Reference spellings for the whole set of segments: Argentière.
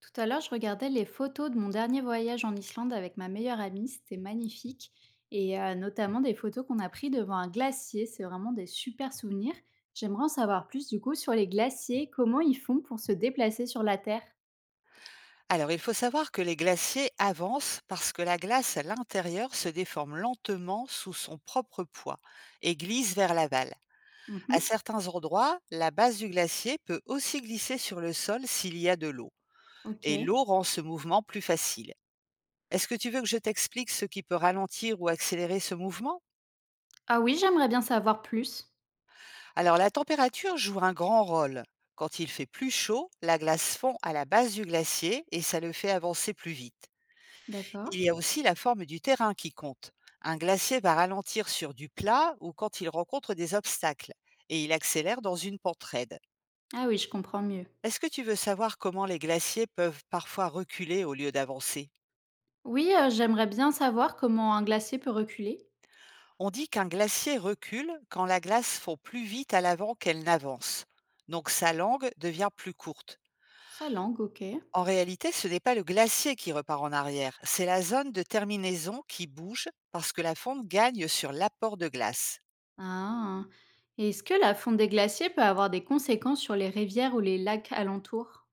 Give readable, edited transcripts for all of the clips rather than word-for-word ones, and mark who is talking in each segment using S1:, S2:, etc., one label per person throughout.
S1: Tout à l'heure, je regardais les photos de mon dernier voyage en Islande avec ma meilleure amie, c'était magnifique. Notamment des photos qu'on a prises devant un glacier, c'est vraiment des super souvenirs. J'aimerais en savoir plus du coup sur les glaciers, comment ils font pour se déplacer sur la Terre.
S2: Alors, il faut savoir que les glaciers avancent parce que la glace à l'intérieur se déforme lentement sous son propre poids et glisse vers l'aval.
S1: Mhm,
S2: À certains endroits, la base du glacier peut aussi glisser sur le sol s'il y a de l'eau.
S1: ok.
S2: Et l'eau rend ce mouvement plus facile. Est-ce que tu veux que je t'explique ce qui peut ralentir ou accélérer ce mouvement?
S1: Ah oui, j'aimerais bien savoir plus.
S2: Alors, la température joue un grand rôle. Quand il fait plus chaud, la glace fond à la base du glacier et ça le fait avancer plus vite. Il
S1: D'accord.
S2: y a aussi la forme du terrain qui compte. Un glacier va ralentir sur du plat ou quand il rencontre des obstacles, et il accélère dans une pente raide.
S1: Ah oui, je comprends mieux.
S2: Est-ce que tu veux savoir comment les glaciers peuvent parfois reculer au lieu d'avancer?
S1: Oui, j'aimerais bien savoir comment un glacier peut reculer.
S2: On dit qu'un glacier recule quand la glace fond plus vite à l'avant qu'elle n'avance, donc sa langue devient plus courte.
S1: Sa langue, ok.
S2: En réalité, ce n'est pas le glacier qui repart en arrière, c'est la zone de terminaison qui bouge parce que la fonte gagne sur l'apport de glace.
S1: Ah. Et est-ce que la fonte des glaciers peut avoir des conséquences sur les rivières ou les lacs alentours?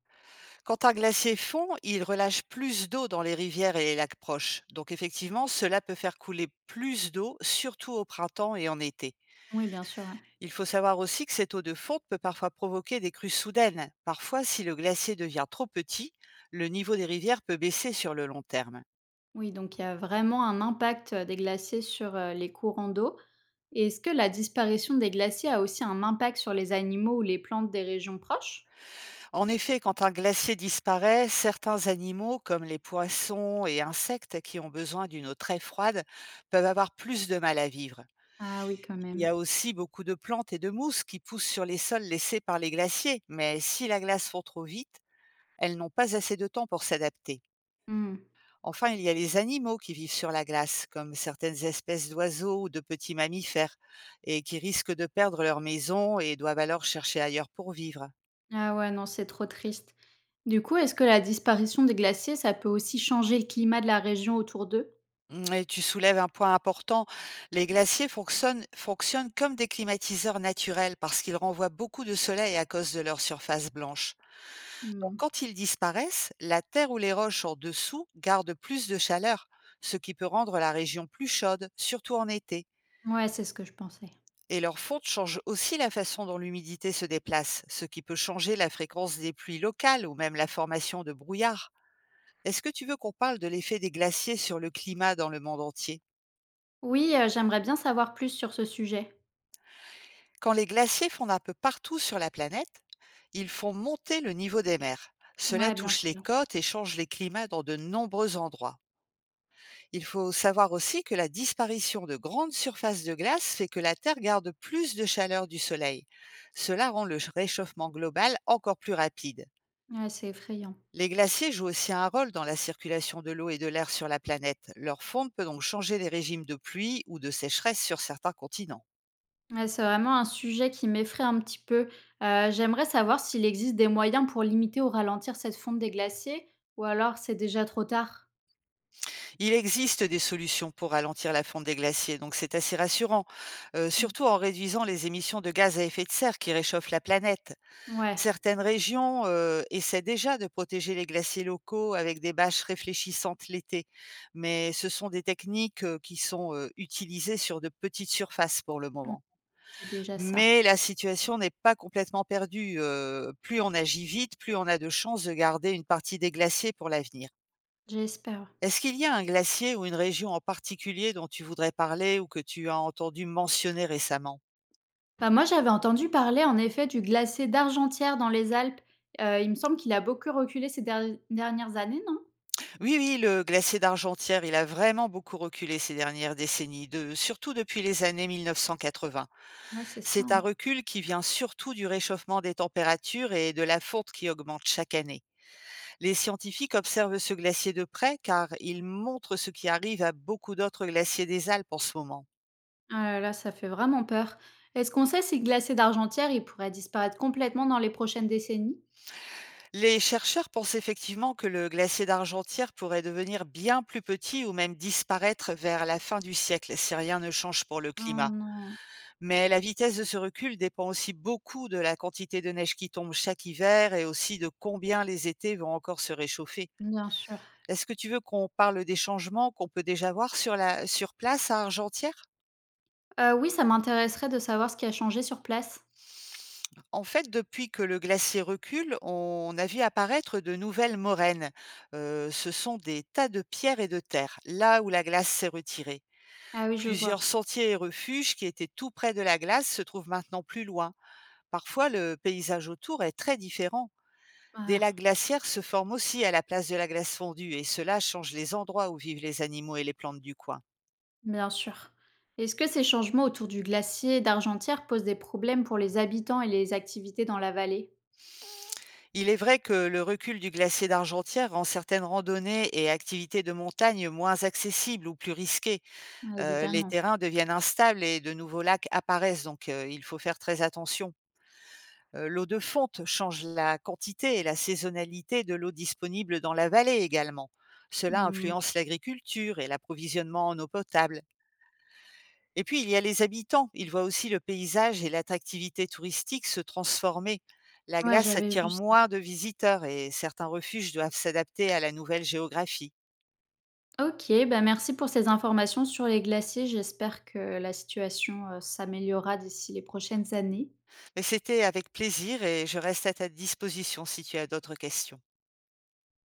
S2: Quand un glacier fond, il relâche plus d'eau dans les rivières et les lacs proches. Donc effectivement, cela peut faire couler plus d'eau, surtout au printemps et en été.
S1: Oui, bien sûr, ouais.
S2: Il faut savoir aussi que cette eau de fonte peut parfois provoquer des crues soudaines. Parfois, si le glacier devient trop petit, le niveau des rivières peut baisser sur le long terme.
S1: Oui, donc il y a vraiment un impact des glaciers sur les courants d'eau. Et est-ce que la disparition des glaciers a aussi un impact sur les animaux ou les plantes des régions proches?
S2: En effet, quand un glacier disparaît, certains animaux, comme les poissons et insectes qui ont besoin d'une eau très froide, peuvent avoir plus de mal à vivre.
S1: Ah oui, quand
S2: Il y
S1: même.
S2: a aussi beaucoup de plantes et de mousses qui poussent sur les sols laissés par les glaciers, mais si la glace fond trop vite, elles n'ont pas assez de temps pour s'adapter.
S1: Hmm.
S2: Enfin, il y a les animaux qui vivent sur la glace, comme certaines espèces d'oiseaux ou de petits mammifères, et qui risquent de perdre leur maison et doivent alors chercher ailleurs pour vivre.
S1: Ah ouais, non, c'est trop triste. Du coup, est-ce que la disparition des glaciers, ça peut aussi changer le climat de la région autour d'eux?
S2: Mm, et tu soulèves un point important, les glaciers fonctionnent comme des climatiseurs naturels parce qu'ils renvoient beaucoup de soleil à cause de leur surface blanche. Donc
S1: Hmm.
S2: quand ils disparaissent, la terre ou les roches en dessous gardent plus de chaleur, ce qui peut rendre la région plus chaude, surtout en été.
S1: Ouais, c'est ce que je pensais.
S2: Et leur fonte change aussi la façon dont l'humidité se déplace, ce qui peut changer la fréquence des pluies locales ou même la formation de brouillard. Est-ce que tu veux qu'on parle de l'effet des glaciers sur le climat dans le monde entier?
S1: Oui, j'aimerais bien savoir plus sur ce sujet.
S2: Quand les glaciers fondent un peu partout sur la planète, ils font monter le niveau des mers. Cela
S1: Ouais, bien
S2: touche les
S1: sûr.
S2: côtes et change les climats dans de nombreux endroits. Il faut savoir aussi que la disparition de grandes surfaces de glace fait que la Terre garde plus de chaleur du Soleil. Cela rend le réchauffement global encore plus rapide.
S1: Ouais, c'est effrayant.
S2: Les glaciers jouent aussi un rôle dans la circulation de l'eau et de l'air sur la planète. Leur fonte peut donc changer les régimes de pluie ou de sécheresse sur certains continents.
S1: Ouais, c'est vraiment un sujet qui m'effraie un petit peu. J'aimerais savoir s'il existe des moyens pour limiter ou ralentir cette fonte des glaciers ou alors c'est déjà trop tard?
S2: Il existe des solutions pour ralentir la fonte des glaciers, donc c'est assez rassurant,
S1: Mmh.
S2: surtout en réduisant les émissions de gaz à effet de serre qui réchauffent la planète.
S1: Ouais,
S2: Certaines régions, essaient déjà de protéger les glaciers locaux avec des bâches réfléchissantes l'été, mais ce sont des techniques, qui sont, utilisées sur de petites surfaces pour le
S1: ouais,
S2: moment.
S1: c'est déjà ça.
S2: Mais la situation n'est pas complètement perdue, plus on agit vite, plus on a de chances de garder une partie des glaciers pour l'avenir.
S1: J'espère.
S2: Est-ce qu'il y a un glacier ou une région en particulier dont tu voudrais parler ou que tu as entendu mentionner récemment?
S1: Bah, moi, j'avais entendu parler en effet du glacier d'Argentière dans les Alpes. Il me semble qu'il a beaucoup reculé ces dernières années, non?
S2: Oui, oui, le glacier d'Argentière, il a vraiment beaucoup reculé ces dernières décennies, de, surtout depuis les années 1980.
S1: Ouais, c'est ça,
S2: C'est un
S1: hein.
S2: recul qui vient surtout du réchauffement des températures et de la fonte qui augmente chaque année. Les scientifiques observent ce glacier de près car il montre ce qui arrive à beaucoup d'autres glaciers des Alpes en ce moment.
S1: Ah là là, ça fait vraiment peur. Est-ce qu'on sait si le glacier d'Argentière, il pourrait disparaître complètement dans les prochaines décennies?
S2: Les chercheurs pensent effectivement que le glacier d'Argentière pourrait devenir bien plus petit ou même disparaître vers la fin du siècle si rien ne change pour le
S1: Oh
S2: climat.
S1: non.
S2: Mais la vitesse de ce recul dépend aussi beaucoup de la quantité de neige qui tombe chaque hiver et aussi de combien les étés vont encore se réchauffer.
S1: Bien sûr.
S2: Est-ce que tu veux qu'on parle des changements qu'on peut déjà voir sur la sur place à Argentière?
S1: Oui, ça m'intéresserait de savoir ce qui a changé sur place.
S2: En fait, depuis que le glacier recule, on a vu apparaître de nouvelles moraines. Ce sont des tas de pierres et de terre, là où la glace s'est retirée.
S1: Ah oui, je
S2: Plusieurs
S1: vois.
S2: sentiers et refuges qui étaient tout près de la glace se trouvent maintenant plus loin. Parfois, le paysage autour est très différent. Des lacs
S1: Ah,
S2: glaciaires se forment aussi à la place de la glace fondue et cela change les endroits où vivent les animaux et les plantes du coin.
S1: bien sûr. Est-ce que ces changements autour du glacier d'Argentière posent des problèmes pour les habitants et les activités dans la vallée?
S2: Il est vrai que le recul du glacier d'Argentière rend certaines randonnées et activités de montagne moins accessibles ou plus risquées.
S1: Ouais,
S2: Les
S1: évidemment.
S2: terrains deviennent instables et de nouveaux lacs apparaissent, donc il faut faire très attention. L'eau de fonte change la quantité et la saisonnalité de l'eau disponible dans la vallée également. Cela
S1: Mmh.
S2: influence l'agriculture et l'approvisionnement en eau potable. Et puis, il y a les habitants. Ils voient aussi le paysage et l'attractivité touristique se transformer. La
S1: Ouais,
S2: glace
S1: j'avais vu
S2: attire
S1: ça.
S2: moins de visiteurs et certains refuges doivent s'adapter à la nouvelle géographie.
S1: OK, bah, merci pour ces informations sur les glaciers. J'espère que la situation, s'améliorera d'ici les prochaines années.
S2: Mais c'était avec plaisir et je reste à ta disposition si tu as d'autres questions.